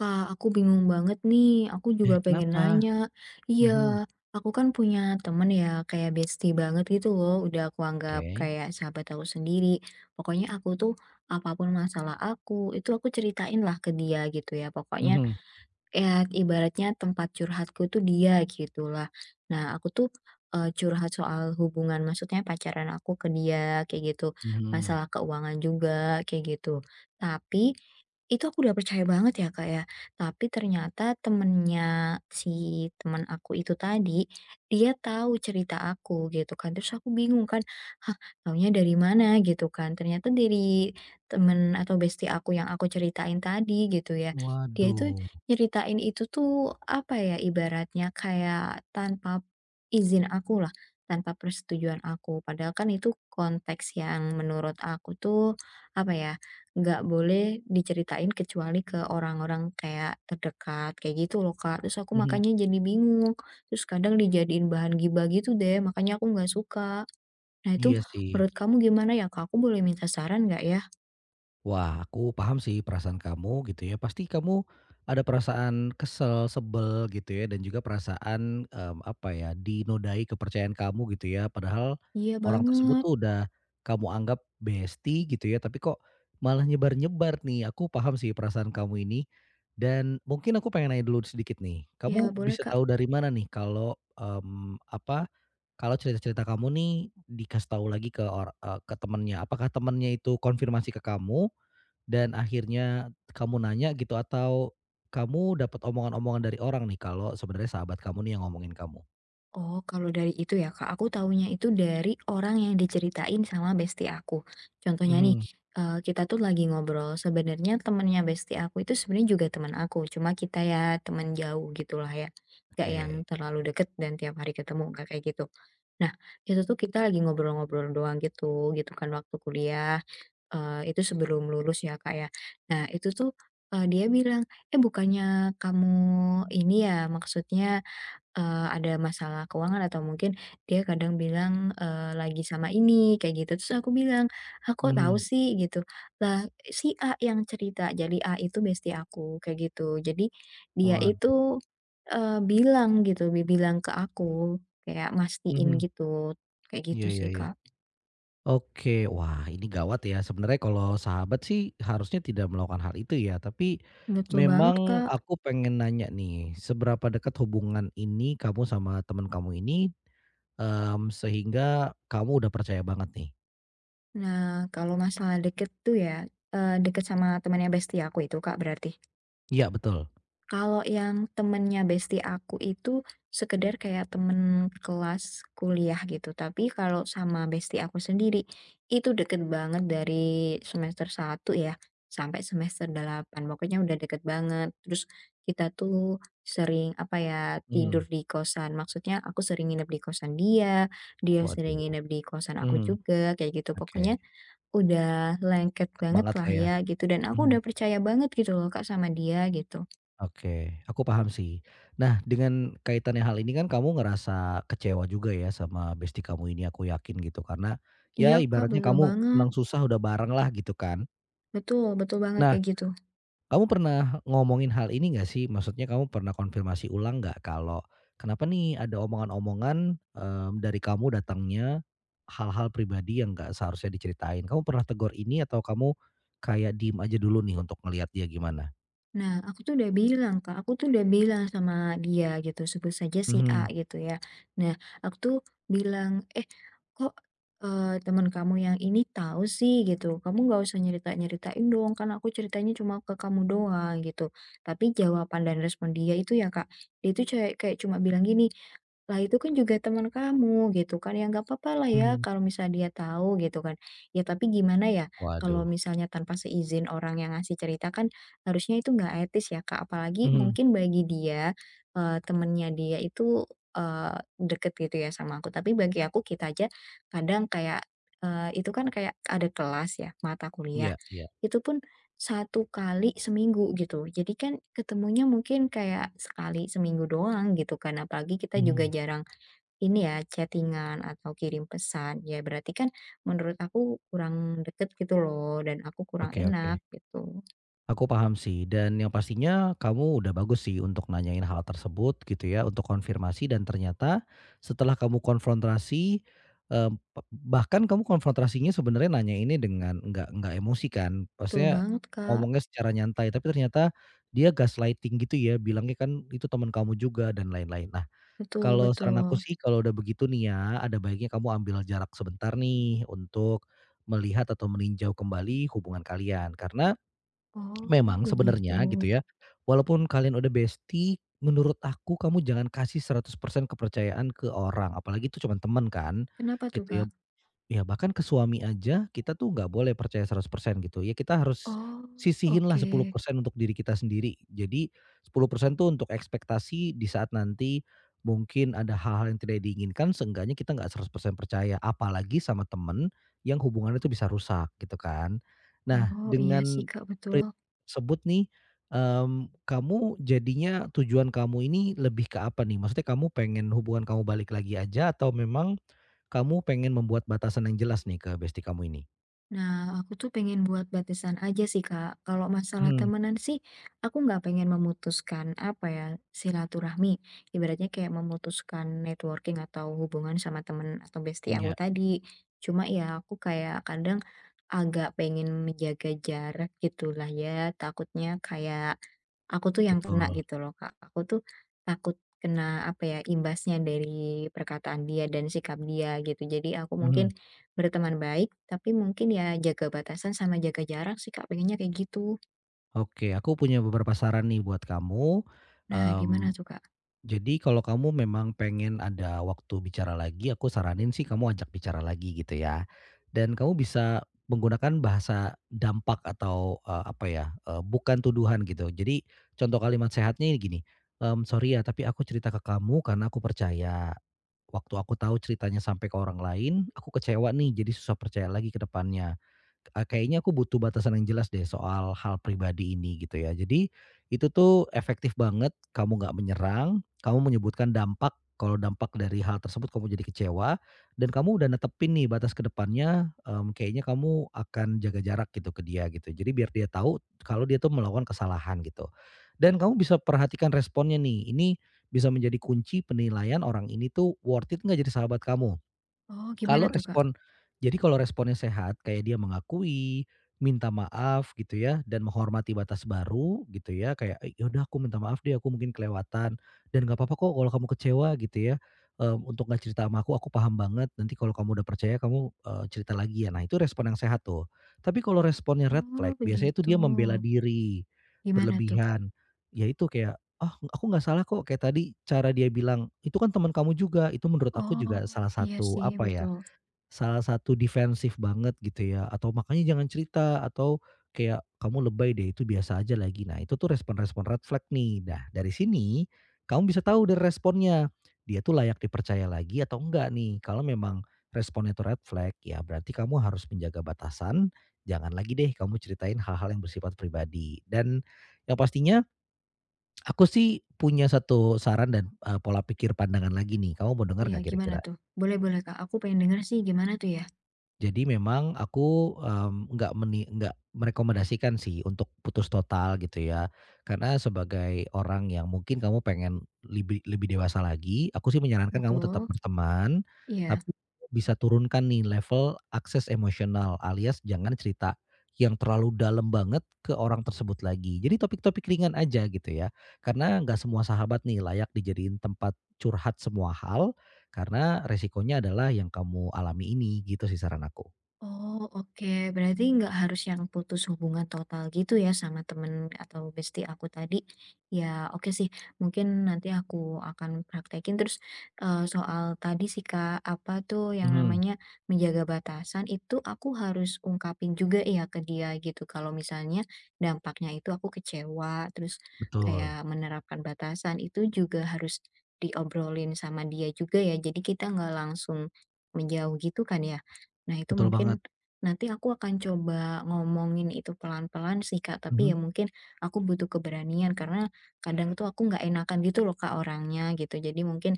Kak, aku bingung banget nih. Aku Eh, juga pengen kenapa? nanya. Iya, Mhm, aku kan punya temen ya, kayak bestie banget gitu loh. Udah aku anggap oke. kayak sahabat aku sendiri. Pokoknya aku tuh apapun masalah aku, itu aku ceritain lah ke dia gitu ya. Pokoknya Mhm ya ibaratnya tempat curhatku tuh dia gitulah. Nah aku tuh, curhat soal hubungan maksudnya pacaran aku ke dia kayak gitu, mhm. masalah keuangan juga kayak gitu. Tapi, itu aku udah percaya banget ya Kak ya, tapi ternyata temennya si teman aku itu tadi, dia tahu cerita aku gitu kan, terus aku bingung kan, "Hah, taunya dari mana?" Gitu kan, ternyata dari temen atau bestie aku yang aku ceritain tadi gitu ya. Dia itu Waduh. nyeritain itu tuh, apa ya, ibaratnya kayak tanpa izin aku lah, tanpa persetujuan aku. Padahal kan itu konteks yang menurut aku tuh, apa ya, nggak boleh diceritain kecuali ke orang-orang kayak terdekat, kayak gitu loh, Kak. Terus aku Mhm, makanya jadi bingung, terus kadang dijadiin bahan gibah gitu deh, makanya aku nggak suka. Nah itu iya sih. menurut kamu gimana ya, Kak? Aku boleh minta saran nggak ya? Wah, aku paham sih perasaan kamu gitu ya. Pasti kamu ada perasaan kesel, sebel gitu ya dan juga perasaan apa ya, dinodai kepercayaan kamu gitu ya. Padahal Iya orang tersebut banget. tuh udah kamu anggap bestie gitu ya, tapi kok malah nyebar-nyebar nih. Aku paham sih perasaan kamu ini dan mungkin aku pengen nanya dulu sedikit nih. Ya Kamu boleh, bisa Kak. tahu dari mana nih kalau, apa, kalau cerita-cerita kamu nih dikasih tahu lagi ke ke temennya? Apakah temennya itu konfirmasi ke kamu dan akhirnya kamu nanya gitu atau kamu dapat omongan-omongan dari orang nih kalau sebenarnya sahabat kamu nih yang ngomongin kamu? Oh, kalau dari itu ya Kak, aku taunya itu dari orang yang diceritain sama bestie aku. Contohnya nih, Mhm. Kita tuh lagi ngobrol, sebenarnya temennya bestie aku itu sebenarnya juga teman aku, cuma kita ya teman jauh gitulah ya, gak Oke. yang terlalu deket dan tiap hari ketemu, gak kayak gitu. Nah, itu tuh kita lagi ngobrol-ngobrol doang gitu, gitu kan waktu kuliah, itu sebelum lulus ya Kak ya. Nah itu tuh, dia bilang, "Eh, bukannya kamu ini ya, maksudnya" ada masalah keuangan atau mungkin dia kadang bilang, "Lagi sama ini," kayak gitu. Terus aku bilang, aku tahu Mhm. sih?" Gitu. "Lah, si A yang cerita." Jadi A itu bestie aku, kayak gitu. Jadi dia Waduh. itu, bilang gitu, bilang ke aku, kayak mastiin Mhm. gitu, kayak gitu Iya iya sih, iya. Kak. Oke, wah ini gawat ya. Sebenarnya kalau sahabat sih harusnya tidak melakukan hal itu ya, tapi Betul banget, memang Kak. aku pengen nanya nih, seberapa dekat hubungan ini kamu sama teman kamu ini, sehingga kamu udah percaya banget nih? Nah, kalau masalah deket tuh ya, deket sama temannya bestie aku itu, Kak, berarti? Iya betul. Kalau yang temennya besti aku itu sekedar kayak temen kelas kuliah gitu, tapi kalau sama besti aku sendiri itu deket banget dari semester 1 ya sampai semester 8. Pokoknya udah deket banget. Terus kita tuh sering apa ya, tidur Mhm. di kosan, maksudnya aku sering nginep di kosan dia, dia sering Waduh. nginep di kosan aku Mhm. juga kayak gitu. Oke. Pokoknya udah lengket Deket banget banget lah lah ya? ya gitu dan aku Mhm, udah percaya banget gitu loh Kak sama dia gitu. oke, aku paham sih. Nah, dengan kaitannya hal ini kan kamu ngerasa kecewa juga ya sama bestie kamu ini aku yakin gitu karena, ya Iya Kak, ibaratnya betul kamu banget. senang susah udah bareng lah gitu kan. Betul, betul banget Nah, kayak gitu. kamu pernah ngomongin hal ini nggak sih? Maksudnya kamu pernah konfirmasi ulang nggak kalau, kenapa nih ada omongan-omongan, dari kamu datangnya, hal-hal pribadi yang nggak seharusnya diceritain? Kamu pernah tegur ini atau kamu, kayak diem aja dulu nih untuk ngelihat dia gimana? Nah, aku tuh udah bilang Kak, aku tuh udah bilang sama dia gitu, sebut saja si A Mhm, gitu ya. Nah, aku tuh bilang, eh, kok, eh, teman kamu yang ini tahu sih gitu, kamu nggak usah nyerita-nyeritain dong, kan aku ceritanya cuma ke kamu doang gitu. Tapi jawaban dan respon dia itu ya Kak, dia itu kayak, kayak cuma bilang gini, lah itu kan juga teman kamu gitu kan, ya nggak apa-apa lah ya mhm. kalau misalnya dia tahu gitu kan. Ya tapi gimana ya, kalau Waduh. misalnya tanpa seizin orang yang ngasih cerita kan harusnya itu nggak etis ya Kak, apalagi Mhm. mungkin bagi dia, temennya dia itu, deket gitu ya sama aku, tapi bagi aku kita aja kadang kayak, itu kan kayak ada kelas ya, mata Iya kuliah, iya. itu pun 1 kali seminggu gitu. Jadi kan ketemunya mungkin kayak sekali seminggu doang gitu kan, apalagi kita juga Mhm. jarang ini ya, chattingan atau kirim pesan. Ya berarti kan menurut aku kurang deket gitu loh dan aku kurang Oke oke. enak gitu. Aku paham sih dan yang pastinya kamu udah bagus sih untuk nanyain hal tersebut gitu ya, untuk konfirmasi dan ternyata setelah kamu konfrontasi, eee, pe bahkan kamu konfrontasinya sebenarnya nanya ini dengan nggak emosi kan, Betul maksudnya banget, Kak. ngomongnya secara nyantai tapi ternyata dia gaslighting gitu ya, bilangnya kan itu teman kamu juga dan lain-lain. Nah, Betul, kalau betul. saran aku sih kalau udah begitu nih ya, ada baiknya kamu ambil jarak sebentar nih untuk melihat atau meninjau kembali hubungan kalian. Karena Oh memang begitu. sebenarnya gitu ya, walaupun kalian udah bestie, menurut aku kamu jangan kasih 100% kepercayaan ke orang, apalagi itu cuman temen kan, Kenapa tuh, gitu ya. Kak? Ya bahkan ke suami aja kita tuh nggak boleh percaya 100% gitu ya kita harus Oh, sisihinlah sepuluh oke. persen untuk diri kita sendiri. Jadi 10% tuh untuk ekspektasi di saat nanti mungkin ada hal-hal yang tidak diinginkan seenggaknya kita nggak 100% percaya apalagi sama temen yang hubungannya tuh bisa rusak gitu kan. Nah Oh, iya sih, dengan Kak, betul. pri tersebut nih, kamu jadinya tujuan kamu ini lebih ke apa nih? Maksudnya kamu pengen hubungan kamu balik lagi aja atau memang kamu pengen membuat batasan yang jelas nih ke besti kamu ini? Nah, aku tuh pengen buat batasan aja sih, Kak. Kalau masalah Mhm, temenan sih, aku nggak pengen memutuskan apa ya, silaturahmi. Ibaratnya kayak memutuskan networking atau hubungan sama temen atau bestie aku iya. tadi. Cuma ya aku kayak kadang agak pengen menjaga jarak gitulah ya. Takutnya kayak aku tuh yang kena Betul, gitu loh, Kak. Aku tuh takut kena apa ya, imbasnya dari perkataan dia dan sikap dia gitu. Jadi aku mhm. mungkin berteman baik, tapi mungkin ya jaga batasan sama jaga jarak sih Kak, pengennya kayak gitu. Oke, aku punya beberapa saran nih buat kamu, Nah gimana mmm tuh Kak? Jadi kalau kamu memang pengen ada waktu bicara lagi, aku saranin sih kamu ajak bicara lagi gitu ya. Dan kamu bisa menggunakan bahasa dampak atau, apa ya, bukan tuduhan gitu. Jadi contoh kalimat sehatnya ini gini, "Sorry ya, tapi aku cerita ke kamu karena aku percaya. Waktu aku tahu ceritanya sampai ke orang lain, aku kecewa nih jadi susah percaya lagi ke depannya. Kayaknya aku butuh batasan yang jelas deh soal hal pribadi ini," gitu ya. Jadi itu tuh efektif banget, kamu nggak menyerang kamu menyebutkan dampak, kalau dampak dari hal tersebut kamu jadi kecewa dan kamu udah netepin nih batas ke depannya, kayaknya kamu akan jaga jarak gitu ke dia gitu. Jadi biar dia tahu kalau dia tuh melakukan kesalahan gitu. Dan kamu bisa perhatikan responnya nih, ini bisa menjadi kunci penilaian orang ini tuh worth it nggak jadi sahabat kamu. Oh Kalau gimana tuh Kak? respon jadi kalau responnya sehat, kayak dia mengakui, minta maaf gitu ya, dan menghormati batas baru gitu ya, kayak, "Eh, ya udah aku minta maaf deh, aku mungkin kelewatan, dan nggak apa-apa kok kalau kamu kecewa," gitu ya, "untuk nggak cerita sama aku paham banget, nanti kalau kamu udah percaya kamu, cerita lagi ya." Nah, itu respon yang sehat tuh. Tapi kalau responnya red Oh flag, biasanya itu begitu. dia membela diri, Gimana tuh? berlebihan. Ya itu kayak, "Ah, aku nggak salah kok." Kayak tadi cara dia bilang, "Itu kan teman kamu juga." Itu menurut aku juga Oh, salah iya satu sih apa ya. betul. Salah satu defensif banget gitu ya, atau makanya jangan cerita, atau kayak, "Kamu lebay deh, itu biasa aja lagi." Nah, itu tuh respon-respon red flag nih. Nah, dari sini kamu bisa tahu dari responnya, dia tuh layak dipercaya lagi atau enggak nih. Kalau memang responnya itu red flag, ya berarti kamu harus menjaga batasan, jangan lagi deh kamu ceritain hal-hal yang bersifat pribadi. Dan yang pastinya aku sih punya satu saran dan, pola pikir pandangan lagi nih, kamu mau dengar Iya nggak gimana kira-kira? tuh? Boleh, boleh Kak, aku pengen denger sih gimana tuh ya? Jadi memang aku, nggak merekomendasikan sih untuk putus total gitu ya. Karena sebagai orang yang mungkin kamu pengen lebih lebih dewasa lagi, aku sih menyarankan kamu tetap Betul? berteman, Iya. tapi bisa turunkan nih level akses emosional alias jangan cerita yang terlalu dalam banget ke orang tersebut lagi. Jadi topik-topik ringan aja gitu ya, karena nggak semua sahabat nih layak dijadiin tempat curhat semua hal karena resikonya adalah yang kamu alami ini gitu sih saran aku. Oh, oke. Berarti nggak harus yang putus hubungan total gitu ya sama temen atau bestie aku tadi. Ya, oke sih. Mungkin nanti aku akan praktekin. Terus eh, soal tadi sih Kak, apa tuh yang Mhm, namanya menjaga batasan itu aku harus ungkapin juga ya ke dia gitu. Kalau misalnya dampaknya itu aku kecewa, terus betul, kayak menerapkan batasan itu juga harus diobrolin sama dia juga ya. Jadi kita nggak langsung menjauh gitu kan ya. Nah, itu betul mungkin banget, nanti aku akan coba ngomongin itu pelan-pelan sih, Kak, tapi mhm. ya mungkin aku butuh keberanian karena kadang tuh aku nggak enakan gitu loh, Kak, orangnya gitu. Jadi mungkin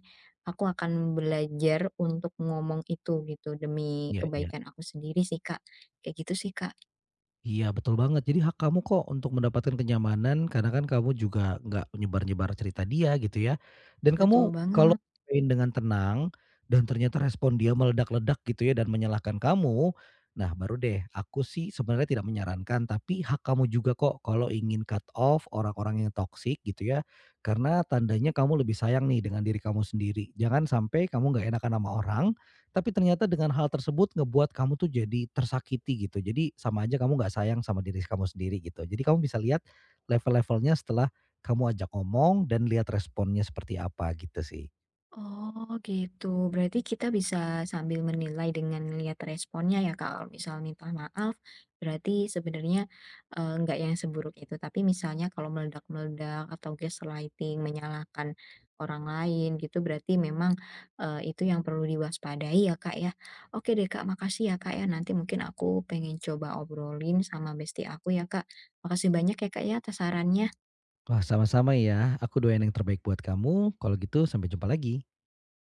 aku akan belajar untuk ngomong itu gitu demi Iya iya. kebaikan aku sendiri sih, Kak. Kayak gitu sih, Kak. Iya betul banget. Jadi hak kamu kok untuk mendapatkan kenyamanan karena kan kamu juga nggak nyebar-nyebar cerita dia gitu ya. Dan Betul kamu kalau banget. main dengan tenang dan ternyata respon dia meledak-ledak gitu ya dan menyalahkan kamu, nah baru deh aku sih sebenarnya tidak menyarankan tapi hak kamu juga kok kalau ingin cut off orang-orang yang toksik gitu ya. Karena tandanya kamu lebih sayang nih dengan diri kamu sendiri. Jangan sampai kamu nggak enakan sama orang tapi ternyata dengan hal tersebut ngebuat kamu tuh jadi tersakiti gitu. Jadi sama aja kamu nggak sayang sama diri kamu sendiri gitu. Jadi kamu bisa lihat level-levelnya setelah kamu ajak ngomong dan lihat responnya seperti apa gitu sih. Oh gitu, berarti kita bisa sambil menilai dengan ngelihat responnya ya Kak, kalau misal minta maaf berarti sebenarnya, nggak yang seburuk itu, tapi misalnya kalau meledak-meledak atau gaslighting, menyalahkan orang lain gitu berarti memang, itu yang perlu diwaspadai ya Kak ya. Oke deh Kak, makasih ya Kak ya, nanti mungkin aku pengen coba obrolin sama bestie aku ya Kak. Makasih banyak ya Kak ya atas sarannya. Wah sama-sama ya, aku doain yang terbaik buat kamu. Kalau gitu sampai jumpa lagi.